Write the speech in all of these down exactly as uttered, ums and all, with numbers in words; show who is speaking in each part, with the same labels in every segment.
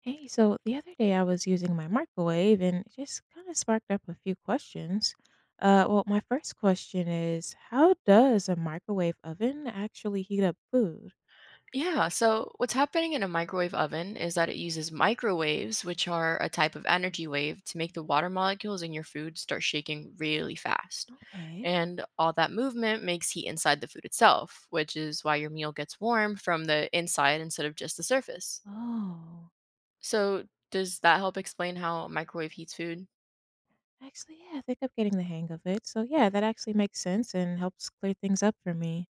Speaker 1: Hey, so the other day I was using my microwave and it just kind of sparked up a few questions. Uh, well, my first question is, how does a microwave oven actually heat up food?
Speaker 2: Yeah, so what's happening in a microwave oven is that it uses microwaves, which are a type of energy wave, to make the water molecules in your food start shaking really fast.
Speaker 1: Okay.
Speaker 2: And all that movement makes heat inside the food itself, which is why your meal gets warm from the inside instead of just the surface.
Speaker 1: Oh,
Speaker 2: So, does that help explain how a microwave heats food?
Speaker 1: actually, yeah, I think I'm getting the hang of it. So, yeah, that actually makes sense and helps clear things up for me.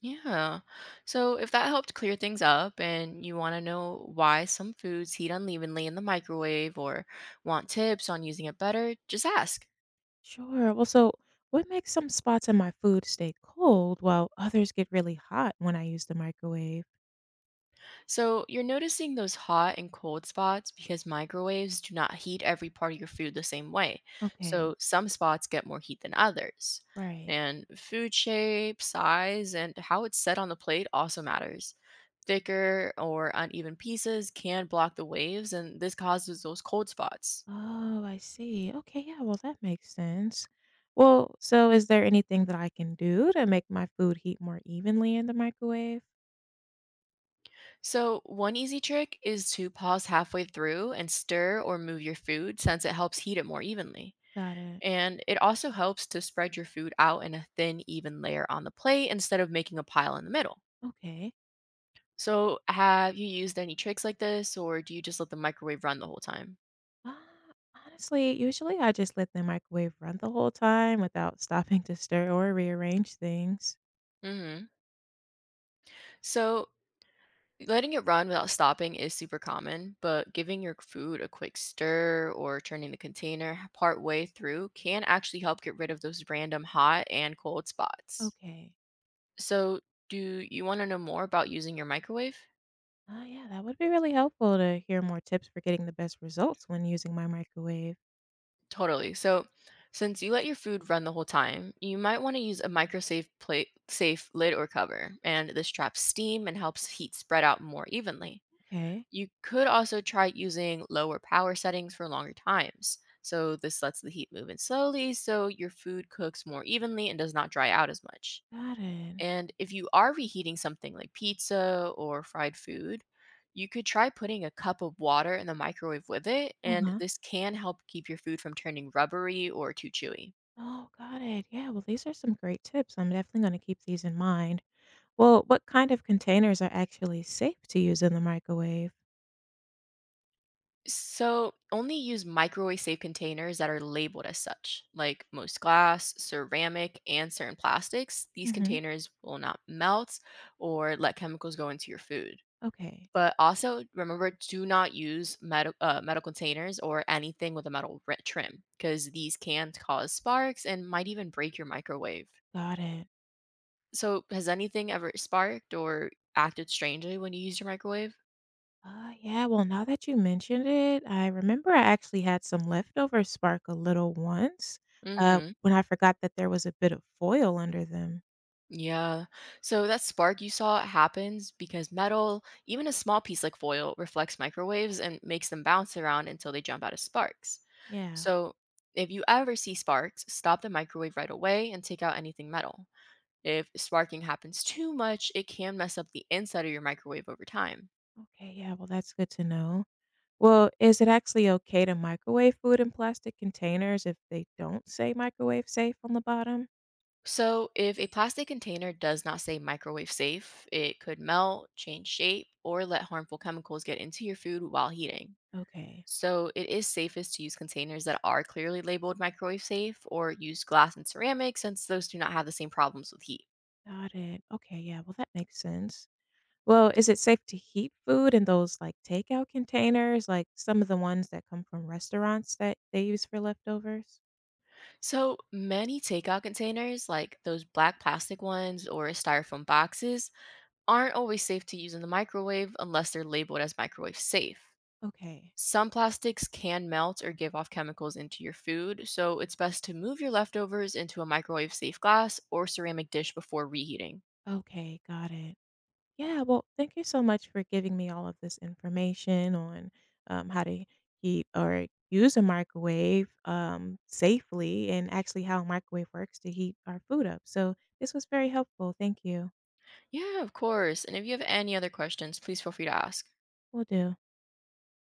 Speaker 2: Yeah. So if that helped clear things up and you want to know why some foods heat unevenly in the microwave or want tips on using it better, just ask.
Speaker 1: Sure. Well, so what makes some spots in my food stay cold while others get really hot when I use the microwave?
Speaker 2: So you're noticing those hot and cold spots because microwaves do not heat every part of your food the same way.
Speaker 1: Okay,
Speaker 2: So some spots get more heat than others.
Speaker 1: right.
Speaker 2: And food shape, size, and how it's set on the plate also matters. Thicker or uneven pieces can block the waves, and this causes those cold spots.
Speaker 1: Oh, I see. Okay, yeah, well, that makes sense. Well, so is there anything that I can do to make my food heat more evenly in the microwave?
Speaker 2: So, one easy trick is to pause halfway through and stir or move your food since it helps heat it more evenly.
Speaker 1: Got it.
Speaker 2: And it also helps to spread your food out in a thin, even layer on the plate instead of making a pile in the middle.
Speaker 1: Okay.
Speaker 2: So, have you used any tricks like this, or do you just let the microwave run the whole time?
Speaker 1: Uh, honestly, usually I just let the microwave run the whole time without stopping to stir or rearrange things.
Speaker 2: Hmm. So, letting it run without stopping is super common, but giving your food a quick stir or turning the container part way through can actually help get rid of those random hot and cold spots.
Speaker 1: Okay.
Speaker 2: So, do you want to know more about using your microwave?
Speaker 1: Oh, yeah, that would be really helpful to hear more tips for getting the best results when using my microwave.
Speaker 2: Totally. So, since you let your food run the whole time, you might want to use a microsafe plate safe lid or cover, and this traps steam and helps heat spread out more evenly.
Speaker 1: Okay.
Speaker 2: You could also try using lower power settings for longer times. So, this lets the heat move in slowly so your food cooks more evenly and does not dry out as much.
Speaker 1: Got it.
Speaker 2: And if you are reheating something like pizza or fried food, you could try putting a cup of water in the microwave with it,
Speaker 1: Uh
Speaker 2: and
Speaker 1: huh.
Speaker 2: this can help keep your food from turning rubbery or too chewy.
Speaker 1: Oh, got it. Yeah, well, these are some great tips. I'm definitely going to keep these in mind. Well, what kind of containers are actually safe to use in the microwave?
Speaker 2: So, only use microwave safe containers that are labeled as such, like most glass, ceramic, and certain plastics. These
Speaker 1: Hmm.
Speaker 2: containers will not melt or let chemicals go into your food.
Speaker 1: Okay,
Speaker 2: But also remember, do not use metal uh, metal containers or anything with a metal ri- trim because these can cause sparks and might even break your microwave.
Speaker 1: got it.
Speaker 2: So, has anything ever sparked or acted strangely when you use your microwave?
Speaker 1: Uh, yeah, well, now that you mentioned it, I remember I actually had some leftover Sparkle little once uh,
Speaker 2: Mm-hmm.
Speaker 1: when I forgot that there was a bit of foil under them.
Speaker 2: Yeah. So that spark you saw happens because metal, even a small piece like foil, reflects microwaves and makes them bounce around until they jump out as sparks.
Speaker 1: Yeah,
Speaker 2: So if you ever see sparks, stop the microwave right away and take out anything metal. If sparking happens too much, it can mess up the inside of your microwave over time.
Speaker 1: okay, yeah, well, that's good to know. Well, is it actually okay to microwave food in plastic containers if they don't say microwave safe on the bottom?
Speaker 2: So, if a plastic container does not say microwave safe, it could melt, change shape, or let harmful chemicals get into your food while heating.
Speaker 1: Okay,
Speaker 2: So, it is safest to use containers that are clearly labeled microwave safe or use glass and ceramic since those do not have the same problems with heat.
Speaker 1: got it. Okay, yeah, well, that makes sense. Well, is it safe to heat food in those, like, takeout containers, like some of the ones that come from restaurants that they use for leftovers?
Speaker 2: So, many takeout containers, like those black plastic ones or styrofoam boxes, aren't always safe to use in the microwave unless they're labeled as microwave safe.
Speaker 1: Okay.
Speaker 2: Some plastics can melt or give off chemicals into your food, so it's best to move your leftovers into a microwave safe glass or ceramic dish before reheating.
Speaker 1: Okay, got it. Yeah, well, thank you so much for giving me all of this information on, um, how to heat or use a microwave, um, safely and actually how a microwave works to heat our food up. So, this was very helpful. Thank you.
Speaker 2: Yeah, of course. And if you have any other questions, please feel free to ask.
Speaker 1: Will do.